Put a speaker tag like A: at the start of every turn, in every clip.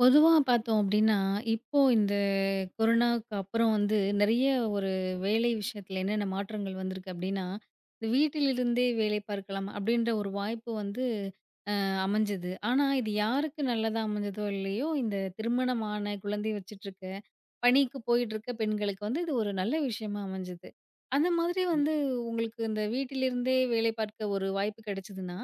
A: பொதுவா பார்த்தோம் அப்டின்னா, இப்போ இந்த கொரோனாவுக்கு அப்புறம் வந்து நெறைய ஒரு வேலை விஷயத்துல என்னென்ன மாற்றங்கள் வந்திருக்கு அப்டின்னா, வீட்டிலிருந்தே வேலை பார்க்கலாம் அப்டின்ற ஒரு வாய்ப்பு வந்து அமைஞ்சது. ஆனா, இது யாருக்கு நல்லதா அமைஞ்சதோ இல்லையோ, இந்த திருமணமான, குழந்தை வச்சுட்ருக்க, பணிக்கு போயிட்ருக்க பெண்களுக்கு வந்து இது ஒரு நல்ல விஷயமா அமைஞ்சது. அந்த மாதிரி
B: ம்,
A: வந்து உங்களுக்கு இந்த வீட்டிலிருந்தே வேலை பார்க்க ஒரு வாய்ப்பு கிடைச்சதுன்னா,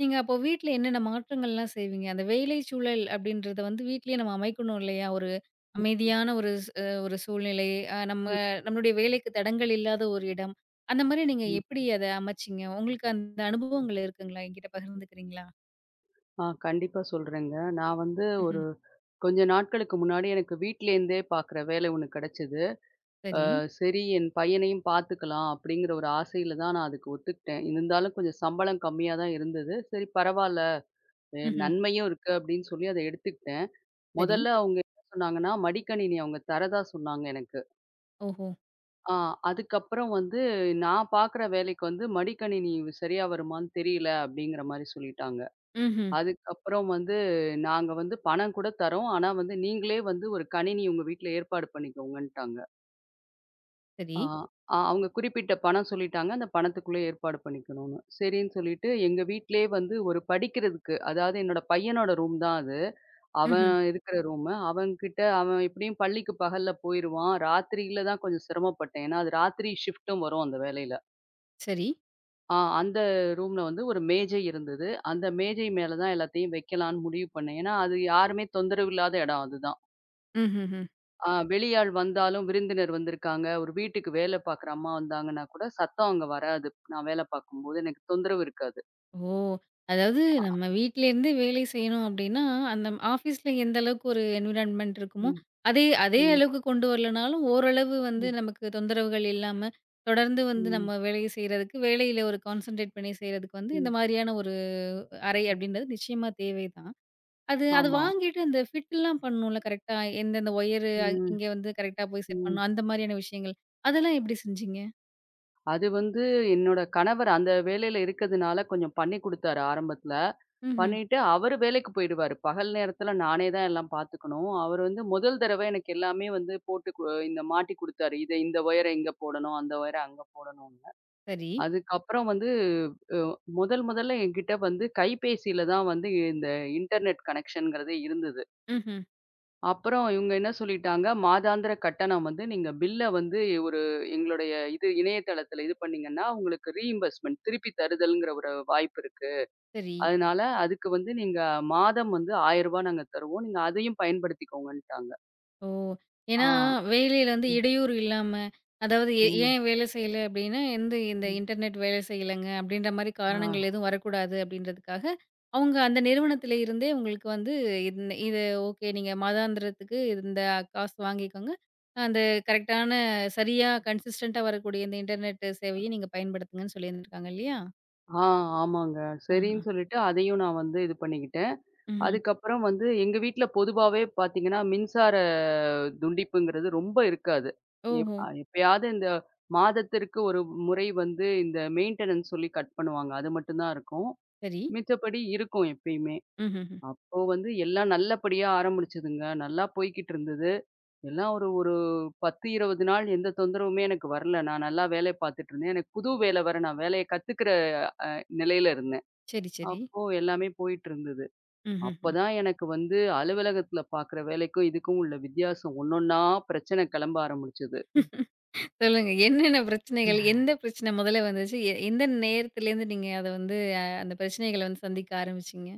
A: நீங்க அப்போ வீட்ல என்னென்ன மாற்றங்கள்லாம் செய்வீங்க? அந்த வேலை சூழல் அப்படின்றத வந்து வீட்லயே நம்ம அமைக்கணும் இல்லையா? ஒரு அமைதியான ஒரு ஸ் அ ஒரு சூழ்நிலை, அ நம்ம நம்மளுடைய வேலைக்கு தடங்கல் இல்லாத ஒரு இடம். அந்த மாரி நீங்க
B: ம்.
A: எப்படி அத அமைச்சீங்க? உங்களுக்கு அந்த அனுபவங்கள் இருக்குங்களா? என்கிட்ட பகிர்ந்துக்கிறீங்களா?
B: கண்டிப்பா சொல்றேங்க. நான் வந்து ஒரு கொஞ்ச நாட்களுக்கு முன்னாடி எனக்கு வீட்லேருந்தே பார்க்குற வேலை ஒண்ணு கிடைச்சது. அ
A: சரி.
B: சரி என் பையனையும் பார்த்துக்கலாம் அப்படிங்கிற ஒரு ஆசையில தான் நான் அதுக்கு ஒத்துக்கிட்டேன். இருந்தாலும் கொஞ்சம் சம்பளம் கம்மியா தான் இருந்தது. சரி பரவால்ல,
A: ம்ஹ்ம்.
B: நன்மையும் இருக்கு அப்படின்னு சொல்லி அத எடுத்துக்கிட்டேன்.
A: சரி.
B: முதல்ல அவங்க என்ன சொன்னாங்கன்னா, மடிக்கணினி அவங்க தரதா சொன்னாங்க எனக்கு.
A: ஓஹோ!
B: ஆ அதுக்கப்புறம் வந்து நான் பார்க்குற வேலைக்கு வந்து மடிக்கணினி சரியா வருமான்னு தெரியல அப்படிங்கிற மாரி சொல்லிட்டாங்க.
A: ம்ஹ்ம்.
B: அதுக்கப்புறம் வந்து நாங்க வந்து பணம் கூட தர்றோம். ஆனா வந்து நீங்களே வந்து ஒரு கணினி உங்க வீட்ல ஏற்பாடு பண்ணிக்கோங்கன்ட்டாங்க.
A: சரி.
B: ஆ அ அவங்க குறிப்பிட்ட பணம் சொல்லிட்டாங்க. அந்த பணத்துக்குள்ள ஏற்பாடு பண்ணிக்கணும்னு. சரின்னு சொல்லிட்டு எங்க வீட்லயே வந்து ஒரு படிக்கிறதுக்கு அதாவது என்னோட பையனோட ரூம் தான் அது. அவன்
A: ம்ஹ்ம்.
B: இருக்கிற ரூமு. அவன்கிட்ட அவன் எப்படியும் பள்ளிக்கு பகல்ல போயிருவான். ராத்திரியில தான் கொஞ்சம் சிரமப்பட்டேன். ஏன்னா அது ராத்திரி ஷிஃப்ட்டும் வரும் அந்த வேலையில.
A: சரி.
B: அந்த ரூம்ல வந்து ஒரு மேஜை இருந்தது. அந்த மேஜை மேல தான் எல்லாத்தையும் வைக்கலான்னு முடிவு பண்ணேன். ஏன்னா, அது யாருமே தொந்தரவு இல்லாத இடம் அதுதான்.
A: ம்ஹ்ஹ்ம்.
B: வெளியாள் வந்தாலும் விருந்தினர் வந்திருக்காங்க, ஒரு வீட்டுக்கு வேலை பார்க்குற அம்மா வந்தாங்கன்னா கூட சத்தம் அங்க வராது. நான் வேலை பார்க்கும்போது எனக்கு தொந்தரவு இருக்காது.
A: ஓ! அதாவது
B: அ
A: நம்ம வீட்லேருந்தே வேலை செய்யணும் அப்டின்னா, அந்த ஆஃபீஸ்ல எந்த அளவுக்கு ஒரு என்விரான்மென்ட் இருக்குமோ,
B: ம்,
A: அதே அதே
B: ம்,
A: அளவுக்கு கொண்டு வரலனாலும், ஓரளவு வந்து
B: ம்,
A: நமக்கு தொந்தரவுகள் இல்லாம, தொடர்ந்து வந்து நம்ம
B: ம்,
A: வேலைய செய்றதுக்கு, வேலையில ஒரு கான்சன்ட்ரேட் பண்ணி செய்றதுக்கு வந்து இந்த
B: ம்.
A: மாரியான ஒரு அறை அப்டின்றது நிச்சயமா தேவை தான். அது அது
B: ஆமா.
A: வாங்கிட்டு அந்த ஃபிட்லாம் பண்ணும்ல கரெக்ட்டா. எந்தெந்த ஒயரு
B: ம்,
A: இங்க வந்து கரெக்ட்டா போய் செட்
B: ம்.
A: பண்ணும். அந்த மாரியான விஷயங்கள். அதெல்லாம் எப்படி செஞ்சீங்க?
B: அது வந்து என்னோட கணவர் அந்த வேலையில இருக்கிறதுனால கொஞ்சம் பண்ணி குடுத்தாரு ஆரம்பத்துல.
A: ம்ஹ்ம்.
B: பண்ணிட்டு அவரு வேலைக்கு போயிடுவாரு. பகல் நேரத்துல நானே தான் எல்லாம் பார்த்துக்கணும். அவரு வந்து முதல் தடவ எனக்கு எல்லாமே வந்து போட்டு இந்த மாட்டி குடுத்தாரு. இத இந்த ஒயர இங்க போடணும், அந்த ஒயர அங்க போடணும்னு.
A: சரி.
B: அதுக்கப்புறம் வந்து அ முதல் முதல்ல என்கிட்ட வந்து கைபேசியில தான் வந்து இந்த இன்டர்நெட் கனெக்ஷன்ங்கிறதே இருந்தது.
A: ம்ஹ்ம்.
B: அப்புறம் இவங்க என்ன சொல்லிட்டாங்க, மாதாந்திர கட்டணம் வந்து நீங்க பில்ல வந்து ஒரு எங்களுடைய இது இணையதளத்தில இது பண்ணீங்கன்னா, உங்களுக்கு ரீஇம்பர்ஸ்மென்ட் திருப்பி தருதல்ங்கிற ஒரு வாய்ப்பு இருக்கு.
A: சரி.
B: அதனால அதுக்கு வந்து நீங்க மாதம் வந்து ரூ. 1000 நாங்க தருவோம். நீங்க அதையும் பயன்படுத்திக்கோங்கன்ட்டாங்க.
A: ஓ! ஏன்னா,
B: ஆ.
A: வேலையில வந்து
B: ம்.
A: இடையூறு இல்லாம, அதாவது
B: ம்.
A: ஏன் வேலை செய்யல அப்டின்னா, எந்த இந்த
B: ம்.
A: இன்டர்நெட் வேலை செய்யலங்க அப்டின்ற மாரி
B: ஆ.
A: காரணங்கள் எதுவும் வரக்கூடாது அப்டின்றதுக்காக, அவங்க அந்த நிறுவனத்தில இருந்தே உங்களுக்கு வந்து இந்த இது ஓகே நீங்க மாதாந்திரத்துக்கு இந்த காசு வாங்கிக்கோங்க. அந்த கரெக்ட்டான சரியா கன்சிஸ்டன்ட்டா வரக்கூடிய இந்த இன்டர்நெட் சேவைய நீங்க பயன்படுத்துங்கன்னு சொல்லியிருந்திருக்காங்க இல்லையா?
B: ஆ ஆமாங்க.
A: ஆஹா.
B: சரின்னு சொல்லிட்டு அதையும் நான் வந்து இது பண்ணிக்கிட்டேன்.
A: ம்ஹ்ம்.
B: அதுக்கப்புறம் வந்து எங்க வீட்ல பொதுவாவே பார்த்தீங்கன்னா, மின்சார துண்டிப்புங்கிறது ரொம்ப இருக்காது.
A: ஓஹோ!
B: எப்பயாவது இந்த மாதத்திற்கு ஒரு முறை வந்து இந்த மெயின்டனன்ஸ் சொல்லி கட் பண்ணுவாங்க. அது மட்டும் தான் இருக்கும்.
A: சரி.
B: மிச்சபடி இருக்கும் எப்பயுமே.
A: ம்ஹ்ஹ்ம்.
B: அப்போ வந்து எல்லாம் நல்லபடியா ஆரம்பிச்சதுங்க. நல்லா போய்க்கிட்டு இருந்தது. எல்லாம் ஒரு ஒரு 10, 20 நாள் எந்த தொந்தரவுமே எனக்கு வரல. நான் நல்லா வேலை பார்த்துட்டு இருந்தேன். எனக்கு புது வேலை வேற நான் வேலைய கத்துக்கிற நிலையில இருந்தேன்.
A: சரி, சரி.
B: அப்போ எல்லாமே போயிட்டு இருந்தது.
A: ம்ஹ்ஹ்ம்.
B: அப்பதான் எனக்கு வந்து அலுவலகத்துல பாக்குற வேலைக்கும் இதுக்கும் உள்ள வித்தியாசம் ஒன்னொன்னா பிரச்சனை கிளம்ப ஆரம்பிச்சது.
A: சொல்லுங்க. என்னென்ன பிரச்சனைகள்? எந்த பிரச்சனை முதல்ல வந்துச்சு? எந்த நேரத்துலேருந்து நீங்க அத வந்து அந்த பிரச்சனைகள வந்து சந்திக்க ஆரம்பிச்சீங்க?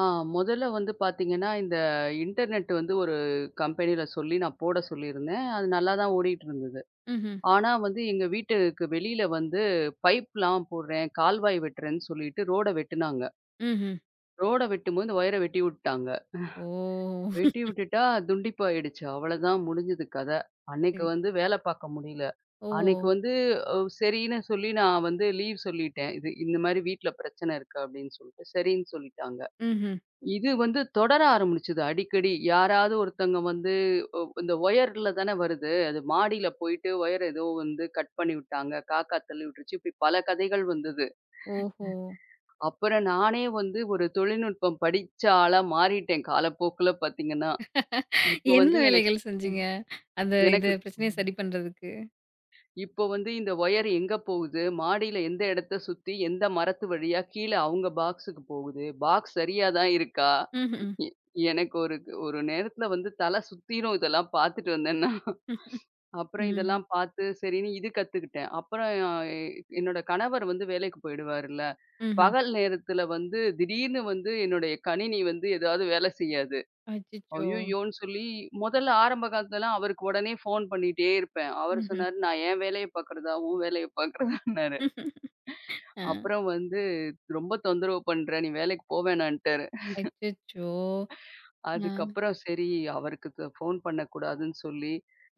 B: ஆ முதல்ல வந்து பாத்தீங்கன்னா, இந்த இன்டர்நெட் வந்து ஒரு கம்பெனில சொல்லி நான் போட சொல்லியிருந்தேன். அது நல்லா தான் ஓடிட்டு இருந்தது.
A: ம்ஹ்ம்.
B: ஆனா வந்து எங்க வீட்டுக்கு வெளியில வந்து பைப்லாம் போடுறேன், கால்வாய் வெட்டுறேன்னு சொல்லிட்டு ரோட வெட்டுனாங்க.
A: ம்ஹ்ம்.
B: ரோட வெட்டும்போது இந்த ஒயர வெட்டி விட்டுட்டாங்க.
A: ஓ!
B: வெட்டி விட்டுட்டா துண்டிப்பாயிடுச்சு. அவ்வளதான் முடிஞ்சது கத. அன்னைக்கு
A: சரி.
B: வந்து வேல பாக்க முடியல.
A: ஓ!
B: அன்னைக்கு வந்து அ சரின்னு சொல்லி நான் வந்து லீவ் சொல்லிட்டேன். இது இந்த மாரி வீட்ல பிரச்சனை இருக்கு அப்படின்னு சொல்லிட்டு, சரின்னு சொல்லிட்டாங்க.
A: ம்ஹ்ம்.
B: இது வந்து தொடர ஆரம்பிச்சது அடிக்கடி. யாராவது ஒருத்தங்க வந்து இந்த ஒயர்ல தானே வருது. அது மாடியில போயிட்டு ஒயர் ஏதோ வந்து கட் பண்ணி விட்டாங்க. காக்கா தள்ளி விட்டுருச்சு. இப்படி பல கதைகள் வந்தது.
A: ஓஹோ!
B: அப்புறம் நானே வந்து ஒரு தொழில்நுட்பம் படிச்ச ஆளா மாறிட்டேன் காலப்போக்குல பாத்தீங்கன்னா. இப்ப
A: என்ன
B: வந்து எனக்கு
A: வேலைகள் செஞ்சீங்க? அந்த இது
B: எனக்கு
A: பிரச்சனைய சரி பண்றதுக்கு?
B: இப்போ வந்து இந்த ஒயர் எங்க போகுது? மாடியில எந்த இடத்த சுத்தி, எந்த மரத்து வழியா கீழ அவங்க பாக்ஸுக்கு போகுது? பாக்ஸ் சரியா தான் இருக்கா?
A: ம்ஹ்ம்.
B: எ எனக்கு ஒரு ஒரு நேரத்துல வந்து தல சுத்திரும் இதெல்லாம் பார்த்துட்டு வந்தேன்னா. அப்புறம்
A: ம்.
B: இதெல்லாம் பார்த்து சரின்னு இது கத்துக்கிட்டேன். அப்புறம் என்னோட கணவர் வந்து வேலைக்கு போயிடுவாருல்ல.
A: ம்ஹ்ம்.
B: பகல் நேரத்துல வந்து திடீர்னு வந்து என்னுடைய கணினி வந்து ஏதாவது வேலை செய்யாது.
A: அச்சச்சோ!
B: அய்யய்யோன்னு சொல்லி முதல்ல ஆரம்ப காலத்துலலாம் அவருக்கு உடனே ஃபோன் பண்ணிட்டே இருப்பேன். அவரு
A: ம்ஹ்ம்.
B: சொன்னாரு, "நான் என் வேலைய பார்க்குறதா, உன் வேலைய பார்க்குறதான்னாரு."
A: ஆ.
B: அப்புறம் வந்து ரொம்ப தொந்தரவு பண்ற, நீ வேலைக்கு போ வேணான்ட்டாரு.
A: அச்சச்சோ! ஆ.
B: அதுக்கப்புறம் சரி அவருக்கு ஃபோன் பண்ணக்கூடாதுன்னு சொல்லி,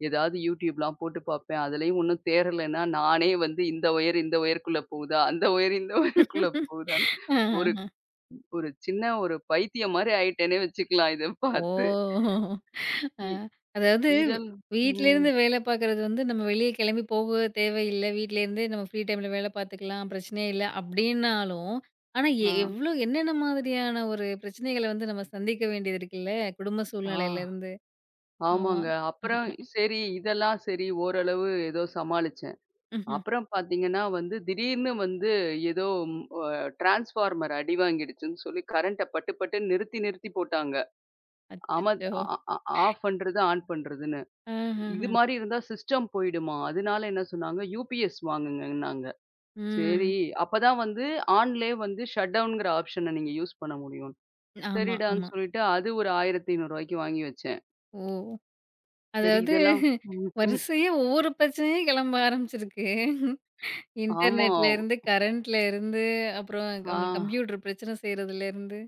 B: ஏதாவது YouTubeலாம் போட்டு பார்ப்பேன். அதுலயும் ஒண்ணும் தேறலன்னா, நானே வந்து இந்த ஒயர் இந்த ஒயருக்குள்ள போகுதா, அந்த ஒயர் இந்த ஒயருக்குள்ள போகுதான்னு ஒரு
A: ஆஹஹ.
B: ஒரு சின்ன ஒரு பைத்தியம் மாரி ஆயிட்டேன்னே வச்சுக்கலாம் இத
A: ஓ!
B: பார்த்து.
A: ஆ.
B: இ
A: அதாவது
B: இதன் ம்.
A: வீட்லேருந்து வேலை பார்க்குறது வந்து நம்ம வெளிய கிளம்பி போக தேவையில்ல. வீட்லேருந்தே நம்ம ஃப்ரீ டைம்ல வேலை பார்த்துக்கலாம். பிரச்சனையே இல்ல அப்டின்னாலும், ஆனா
B: ஆ.
A: எவ்ளோ என்னென்ன மாதிரியான ஒரு பிரச்சனைகள வந்து நம்ம சந்திக்க வேண்டியது இருக்குல்ல, குடும்ப
B: ஆ.
A: சூழ்நிலையிலேருந்து. ஆமா.
B: ஆமாங்க. அப்புறம் சரி இதெல்லாம் சரி ஓரளவு ஏதோ சமாளிச்சேன்.
A: ம்ஹ்ம்.
B: அப்புறம் பார்த்தீங்கன்னா வந்து திடீர்னு வந்து ஏதோ ம் அ டிரான்ஸ்ஃபார்மர் அடி வாங்கிடுச்சுன்னு சொல்லி கரண்ட்ட பட்டு பட்டுன்னு நிறுத்தி நிறுத்தி போட்டாங்க. ஆமா
A: அச்சச்சோ!
B: ஆ ஆ ஆஃப் பண்றது, ஆன் பண்றதுன்னு.
A: ஆஹஹ.
B: இது மாரி இருந்தா சிஸ்டம் போயிடுமா? அதனால என்ன சொன்னாங்க, யுபிஎஸ் வாங்குங்கன்னாங்க. சரி
A: ம்.
B: அப்பதான் வந்து ஆன்லயே வந்து ஷட் டவுன்ங்கிற ஆப்ஷன நீங்க யூஸ் பண்ண முடியும்.
A: ஆமா, ஆமா.
B: சரிடான்னு சொல்லிட்டு அது ஒரு ரூ. 1500க்கு வாங்கி வச்சேன்.
A: ஓ!
B: சரி
A: அதாவது
B: இதெல்லாம் ம், ம்.
A: வரிசையா ஒவ்வொரு பிரச்சனையா கிளம்ப ஆரம்பிச்சிருக்கு.
B: ஆமா.
A: இன்டர்நெட்லேருந்து, கரண்ட்லேருந்து, அப்புறம்
B: ஆ,
A: கம்ப்யூட்டர் பிரச்சனை செய்றதுலேருந்து.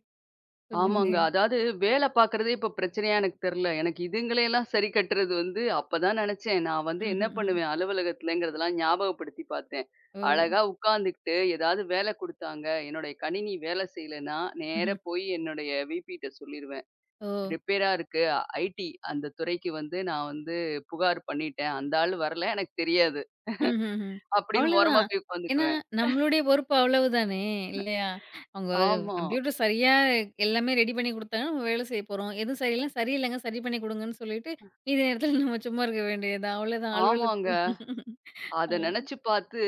A: சொல்லுங்க.
B: ஆமாங்க. அதாவது வேல பார்க்குறதே இப்ப பிரச்சனையா எனக்கு தெரியல. எனக்கு இதுங்களையெல்லாம் சரி கட்டுறது வந்து அப்பதான் நெனச்சேன். நான் வந்து என்ன
A: ம்ஹ்ஹ்ம்.
B: பண்ணுவேன் அலுவலகத்துலங்கிறதெல்லாம் ஞாபகப்படுத்தி பார்த்தேன்.
A: ஓ!
B: அழகா உட்காந்துக்கிட்டு ஏதாவது வேல குடுத்தாங்க, என்னுடைய கணினி வேல செய்யலன்னா, நேரா
A: ம்ஹ்ம்.
B: போய் என்னுடைய விபிட்ட சொல்லிருவேன்.
A: ஓ!
B: ரிப்பேரா இருக்கு. ஐடி அந்த துறைக்கு வந்து நான் வந்து புகார் பண்ணிட்டேன். அந்த ஆள் வரல. எனக்கு தெரியாது.
A: ம்ஹ்ஹ்ம்.
B: அப்படின்னு ஓரமா
A: அவ்வளதான்.
B: போய்
A: ஏன்னா,
B: உட்காந்துக்குவேன்.
A: நம்மளுடைய பொறுப்பு அவ்வளவுதானே! இல்லையா? அவங்க
B: ஆமா.
A: கம்ப்யூட்டர் சரியா எல்லாமே ரெடி பண்ணி குடுத்தாங்கன்னா, நம்ம வேலை செய்ய போறோம். எதுவும் சரியில்ல, சரியில்லங்க சரி பண்ணி குடுங்கன்னு சொல்லிட்டு, மீதி நேரத்தில நம்ம சும்மா இருக்க வேண்டியதுதான். அவ்வளதான்
B: ஆமாங்க.
A: அலுவலகத்துக்கு
B: அத
A: ஆ.
B: நெனச்சு பாத்து,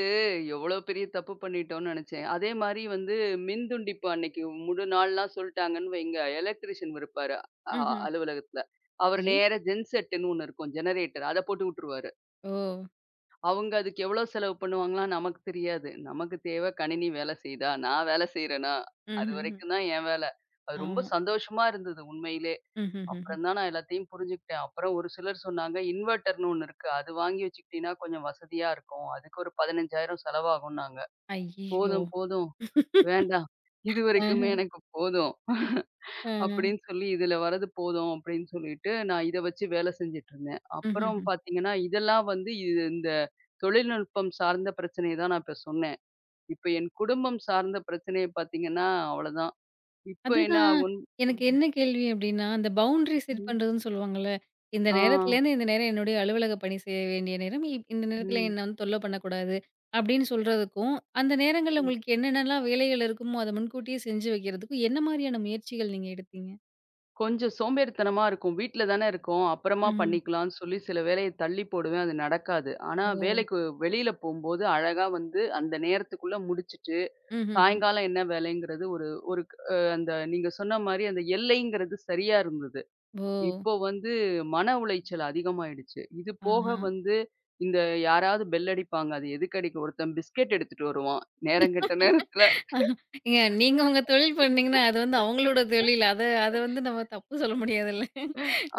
B: எவ்வளோ பெரிய தப்பு பண்ணிட்டோம்னு நெனச்சேன். அதே மாரி வந்து மின்துண்டிப்பு அன்னைக்கு முழு நாள்லாம் சொல்ட்டாங்கன்னு வைங்க, எலக்ட்ரிஷியன் இருப்பாரு அ
A: ம்ஹ்ம்.
B: அலுவலகத்துல. அவரு
A: சரி.
B: நேரா ஜென்செட்டுன்னு ஒண்ணு இருக்கும். ஜெனரேட்டர் அத போட்டு விட்டுருவாரு.
A: ஓ!
B: அவங்க அதுக்கு எவ்வளோ செலவு பண்ணுவாங்கலாம் நமக்கு தெரியாது. நமக்கு தேவ கணினி வேல செய்யுதா? நான் வேல செய்றேனா?
A: ம்ஹ்ஹ்ம்.
B: அதுவரைக்கும் தான் என் வேல. அது ரொம்ப
A: ஆமா.
B: சந்தோஷமா இருந்தது உண்மையிலே.
A: ம்ஹ்ஹ்ஹ்ம்.
B: அப்புறம் தான் நான் எல்லாத்தையும் புரிஞ்சுக்கிட்டேன். அப்புறம் ஒரு சிலர் சொன்னாங்க, இன்வெர்ட்டர்ன்னு ஒண்ணு இருக்கு. அது வாங்கி வச்சுக்கிட்டீன்னா, கொஞ்சம் வசதியா இருக்கும். அதுக்கு ஒரு 15,000 செலவாகும்னாங்க.
A: ஐய்யய்யோ!
B: போதும், போதும். வேண்டாம்.
A: அஹ.
B: இதுவரைக்குமே எனக்கு போதும்.
A: அஹ.
B: அப்படின்னு சொல்லி இதுல வர்றது போதும் அப்படின்னு சொல்லிட்டு, நான் இத வச்சு வேலை செஞ்சுட்டு இருந்தேன். அப்புறம்
A: ம்ஹ்ஹ்ம்.
B: பார்த்தீங்கன்னா, இதெல்லாம் வந்து இது இந்த தொழில்நுட்பம் சார்ந்த பிரச்சனைய தான் நான் இப்ப சொன்னேன். இப்ப என் குடும்பம் சார்ந்த பிரச்சனைய பார்த்தீங்கன்னா, அவ்வளோதான். இப்ப என்ன
A: அதுதான்.
B: ஆகும்
A: எனக்கு என்ன கேள்வி அப்டின்னா, அந்த பவுண்டரி செட்
B: ம்.
A: பண்றதுன்னு சொல்லுவாங்கல்ல. இந்த
B: ஆ.
A: நேரத்துலேருந்து இந்த நேரம் என்னுடைய அலுவலக பணி செய்ய வேண்டிய நேரம். இந்த நேரத்தில
B: ம்.
A: என்ன வந்து தொல்ல பண்ணக்கூடாது அப்டின்னு சொல்றதுக்கும், அந்த நேரங்கள்ல
B: ம்.
A: உங்களுக்கு என்னென்னலாம் வேலைகள் இருக்குமோ, அத முன்கூட்டியே செஞ்சு வைக்கிறதுக்கும், என்ன மாரியான முயற்சிகள் நீங்க எடுத்தீங்க?
B: கொஞ்சம் சோம்பேறித்தனமா இருக்கும். வீட்ல தானே இருக்கோம். அப்புறமா
A: ம்ஹ்ம்.
B: பண்ணிக்கலாம்ன்னு சொல்லி சில வேலைய தள்ளி போடுவேன். அது நடக்காது. ஆனா
A: ஓ!
B: வேலைக்கு வெளியில போம்போது அழகா வந்து அந்த நேரத்துக்குள்ள முடிச்சுட்டு,
A: ம்ஹ்ஹ்ம்.
B: சாயங்காலம் என்ன வேலைங்கிறது ஒரு ஒரு க் அ அந்த நீங்க சொன்ன மாரி அந்த எல்லைங்கிறது சரியா இருந்தது.
A: ஓ!
B: இப்போ வந்து மன உளைச்சல் அதிகமாயிடுச்சு. இது போக
A: ஆஹா.
B: வந்து இந்த யாராவது பெல் அடிப்பாங்க. அது எதுக்கு அடிக்கும் ஒருத்தன் பிஸ்கெட் எடுத்துட்டு வருவான். நேரங்கெட்ட நேரத்துல.
A: ஏங்க நீங்க உங்க தொழில் பண்ணீங்கன்னா, அது வந்து அவங்களோட தொழில். அத அத வந்து நம்ம தப்பு சொல்ல முடியாதுல்ல.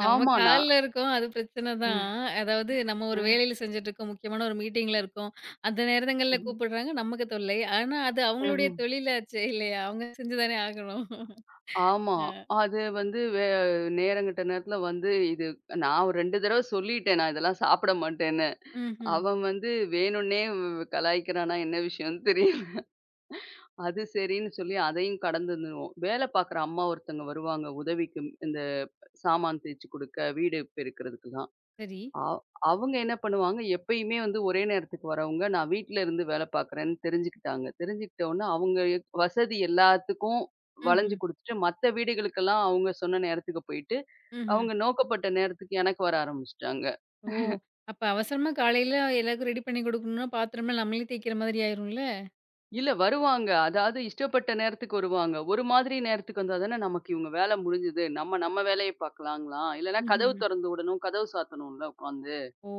A: நம்ம
B: ஆமா நான்
A: கால்ல இருக்கோம். அது பிரச்சன தான். அதாவது நம்ம ஒரு
B: அ.
A: வேலையில செஞ்சுட்டுருக்கோம். முக்கியமான ஒரு மீட்டிங்ல இருக்கோம். அந்த நேரங்கள்ல கூப்பிடுறாங்க. நமக்கு தொல்லை. ஆனா அது அவங்களுடைய
B: ம்.
A: தொழிலாச்சே இல்லையா? அவங்க செஞ்சு தானே ஆகணும்.
B: ஆமா. அது வந்து நேரங்கெட்ட நேரத்துல வந்து இது நான் ஒரு 2 தடவ சொல்லிட்டேன். நான் இதெல்லாம் சாப்பிட மாட்டேன்னு.
A: ம்ஹ்ம்.
B: அவன் வந்து வேணும்னே கலாய்க்கிறானா என்ன விஷயம்னு தெரியல. அது சரின்னு சொல்லி அதையும் கடந்துருவோம். வேல பார்க்குற அம்மா ஒருத்தங்க வருவாங்க உதவிக்கு. இந்த சாமான் தேய்ச்சு குடுக்க, வீடு பெருக்கிறதுக்கெல்லாம்.
A: சரி.
B: அவ் அவங்க என்ன பண்ணுவாங்க, எப்பயுமே வந்து ஒரே நேரத்துக்கு வரவங்க, நான் வீட்ல இருந்து வேலை பார்க்குறேன்னு தெரிஞ்சுக்கிட்டாங்க. தெரிஞ்சுக்கிட்ட உடனே அவங்க வசதி எல்லாத்துக்கும் வளைஞ்சு
A: ம்ஹ்ம்.
B: குடுத்துட்டு, மத்த வீடுகளுக்கெல்லாம் அவங்க சொன்ன நேரத்துக்கு போயிட்டு,
A: ம்ஹ்ம்.
B: அவங்க நோக்கப்பட்ட நேரத்துக்கு எனக்கு வர ஆரம்பிச்சுட்டாங்க.
A: ஓ! அப்ப அவசரமா காலையில எல்லாருக்கும் ரெடி பண்ணி குடுக்கணும்னா, பாத்திரம்லாம் நம்மளே தேய்க்கிற மாதிரி ஆயிரும்ல?
B: இல்ல வருவாங்க. அதாவது இஷ்டப்பட்ட நேரத்துக்கு வருவாங்க. ஒரு மாதிரி நேரத்துக்கு வந்தா தானே நமக்கு இவங்க வேலை முடிஞ்சுது. நம்ம நம்ம வேலைய பார்க்கலாங்களாம். இல்லன்னா கதவு
A: ம்ஹ்ஹ்ம்.
B: தொறந்து விடணும், கதவு சாத்தணும்ல உட்காந்து.
A: ஓ!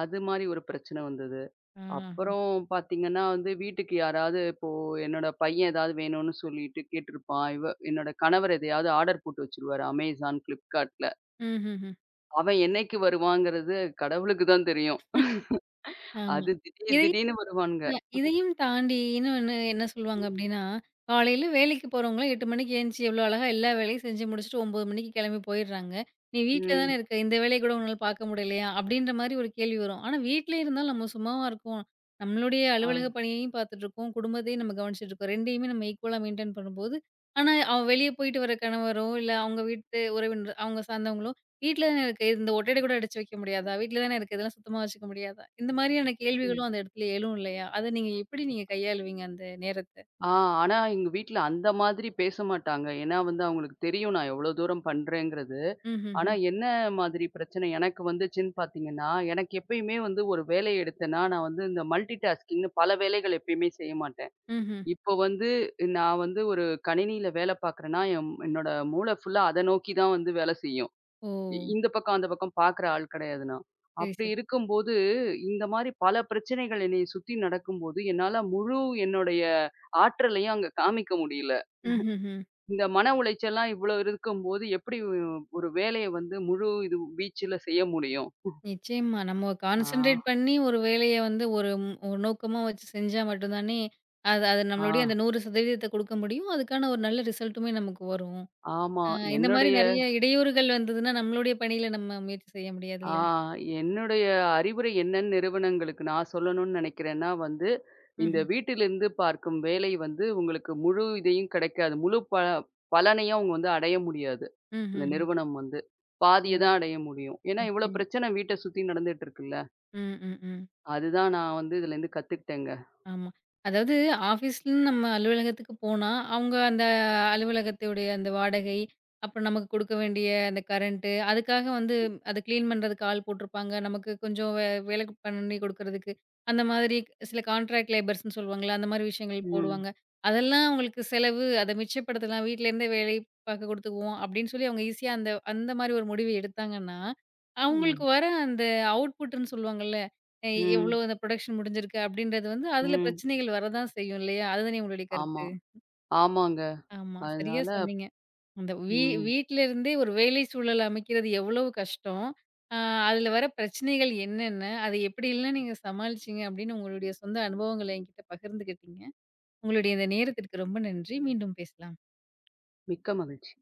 B: அது மாரி ஒரு பிரச்சனை வந்தது.
A: ஆ.
B: அப்புறம் பார்த்தீங்கன்னா வந்து வீட்டுக்கு யாராவது இப்போ என்னோட பையன் ஏதாவது வேணும்னு சொல்லிட்டு கேட்டிருப்பான். இவ என்னோட கணவர் எதையாவது ஆர்டர் போட்டு வச்சுருவாரு அமேசான், ஃப்ளிப்கார்ட்ல.
A: ம்ஹ்ஹ்ம்.
B: அவன் என்னைக்கு வருவாங்கிறது கடவுளுக்கு தான் தெரியும்.
A: ஆமா.
B: அது திடீர்
A: இது
B: திடீர்னு வருவானுங்க.
A: இதையும் தாண்டி இன்னொன்னு என்ன சொல்லுவாங்க அப்டின்னா, காலையில வேலைக்கு போறவங்கலாம் 8 மணிக்கு எந்திச்சு எவ்ளோ அழகா எல்லா வேலையும் செஞ்சு முடிச்சுட்டு 9 மணிக்கு கெளம்பி போயிடுறாங்க. "நீ வீட்ல தானே
B: ம்.
A: ம். இருக்க, இந்த வேலைய கூட உன்னால பார்க்க முடியலையா?" அப்டின்ற மாரி ஒரு கேள்வி வரும். ஆனா வீட்லயே இருந்தாலும் நம்ம சும்மாவா இருக்கோம்? நம்மளுடைய
B: ஆ.
A: அலுவலக ஆமா. பணியையும் பார்த்துட்டுருக்கோம், குடும்பத்தையும் நம்ம கவனிச்சுட்டுருக்கோம். 2யுமே நம்ம ஈக்குவலா மெயின்டெயின் பண்ணும்போது, ஆனா அவ வெளிய போயிட்டு வர கணவரோ, இல்ல அவங்க வீட்டு உறவினர் அவங்க சார்ந்தவங்களோ வீட்ல தானே இருக்கு. இந்த ஒட்டடை கூட அடிச்சு வைக்க முடியாதா? வீட்ல தானே இருக்கு. இதெல்லாம் சுத்தமா வச்சுக்க முடியாதா? இந்த மாதிரியான
B: ம்.
A: கேள்விகளும் அந்த இடத்துல எழும் இல்லையா? அத நீங்க எப்படி நீங்க கையாளுவீங்க அந்த நேரத்த?
B: ஆ ஆனா எங்க வீட்ல அந்த மாதிரி பேச மாட்டாங்க. ஏன்னா வந்து அவங்களுக்கு தெரியும் நான் எவ்வளோ தூரம் பண்றேங்கிறது. ஆனா
A: ம்ஹ்ஹ்ம்.
B: என்ன மாதிரி பிரச்சனை எனக்கு வந்துச்சுன்னு பார்த்தீங்கன்னா, எனக்கு எப்பயுமே வந்து ஒரு வேலைய எடுத்தேன்னா, நான் வந்து இந்த மல்டி டாஸ்கிங்ன்னு பல வேலைகள் எப்பயுமே செய்ய மாட்டேன்.
A: ம்ஹ்ம்.
B: இப்போ வந்து நான் வந்து ஒரு கணினியில வேலை பார்க்குறேன்னா, என்னோட மூளை ஃபுல்லா அத நோக்கி தான் வந்து வேலை செய்யும்.
A: ஓ!
B: இந்த பக்கம், அந்த பக்கம் பார்க்குற ஆள் கிடையாது நான்.
A: சரி,
B: அப்படி
A: சரி.
B: இருக்கும்போது, இந்த மாரி பல பிரச்சனைகள் என்னைய சுத்தி நடக்கும்போது, என்னால முழு என்னுடைய ஆற்றலையும் அங்க காமிக்க முடியல.
A: ம்ஹ்ஹ்ம்.
B: இந்த மன உளைச்சல்லாம் இவ்வளோ இருக்கும்போது, எப்படி ஒரு வேலைய வந்து முழு இது வீச்சுல செய்ய முடியும்?
A: நிச்சயமா. நம்ம
B: ஆ,
A: கான்சன்ட்ரேட் பண்ணி ஒரு வேலைய வந்து ஒரு ஒரு நோக்கமா வச்சு செஞ்சா மட்டும் தானே, அது அது
B: ஆ,
A: நம்மளுடைய அந்த 100% குடுக்க முடியும். அதுக்கான ஒரு நல்ல ரிசல்ட்டுமே நமக்கு வரும்.
B: ஆமா.
A: அ இந்த மாரி
B: என்னுடைய
A: நெறைய இடையூறுகள் வந்ததுன்னா, நம்மளுடைய பணியில நம்ம முயற்சி செய்ய
B: ஆ
A: முடியாதுல்ல.
B: என்னுடைய அறிவுரை என்னன்னு நிறுவனங்களுக்கு நான் சொல்லணும்னு நினைக்கிறேன்னா வந்து, இந்த
A: ம்ஹ்ம்.
B: வீட்டிலிருந்து பார்க்கும் வேலை வந்து உங்களுக்கு முழு இதையும் கிடைக்காது. முழு பலனையும் அவங்க வந்து அடைய முடியாது. அந்த
A: ம்ஹ்ஹ்ம்.
B: நிறுவனம் வந்து. பாதிய
A: ஓ!
B: தான் அடைய முடியும். ஏன்னா இவ்ளோ
A: நிச்சயமா.
B: பிரச்சனை வீட்ட சுத்தி நடந்துட்டு இருக்குல்ல.
A: ம், ம், ம்.
B: அதுதான் நான் வந்து இதுலேருந்து கத்துக்கிட்டேங்க.
A: ஆமா. அதாவது ஆஃபீஸ்லன்னு நம்ம அலுவலகத்துக்கு போனா, அவங்க அந்த அலுவலகத்துடைய அந்த வாடகை, அப்புறம் நமக்கு குடுக்க வேண்டிய அந்த கரண்ட்டு, அதுக்காக வந்து அத கிளீன் பண்றதுக்கு ஆள் போட்டிருப்பாங்க. நமக்கு கொஞ்சம் வேலை பண்ணி குடுக்குறதுக்கு, அந்த மாதிரி சில கான்ட்ராக்ட் லேபர்ஸ்ன்னு சொல்லுவாங்கல்ல, அந்த மாதிரி விஷயங்கள்
B: ம்.
A: போடுவாங்க. அதெல்லாம் அவங்களுக்கு செலவு, அத மிச்சப்படுத்தலாம். வீட்லேருந்தே வேலை பார்க்க குடுத்துக்குவோம் அப்படின்னு சொல்லி அவங்க ஈஸியா அந்த அந்த மாரி ஒரு முடிவு எடுத்தாங்கன்னா, அவங்களுக்கு
B: ம்.
A: வர அந்த அவுட்புட்டுன்னு சொல்லுவாங்கல்ல எ எவ்ளோ
B: ம்.
A: அந்த புரொடக்ஷன் முடிஞ்சிருக்கு அப்படின்றது வந்து அதுல
B: ம்.
A: பிரச்சனைகள் வரதான் செய்யும் இல்லையா? அதுதானே உங்களுடைய
B: ஆமா.
A: கருத்து?
B: ஆமாங்க.
A: ஆமா. சரியா
B: அதனால
A: சொன்னீங்க. அந்த
B: ம்.
A: வீட்ல இருந்தே ஒரு வேலை சூழல் அமைக்கிறது எவ்வளவு கஷ்டம். அ அதுல வர பிரச்சனைகள் என்னென்ன? அத எப்படியெல்லாம் நீங்க சமாளிச்சீங்க அப்படின்னு உங்களுடைய சொந்த அனுபவங்கள என்கிட்ட பகிர்ந்துக்கிட்டீங்க. உங்களுடைய இந்த நேரத்திற்கு ரொம்ப நன்றி. மீண்டும் பேசலாம்.
B: மிக்க மகிழ்ச்சி.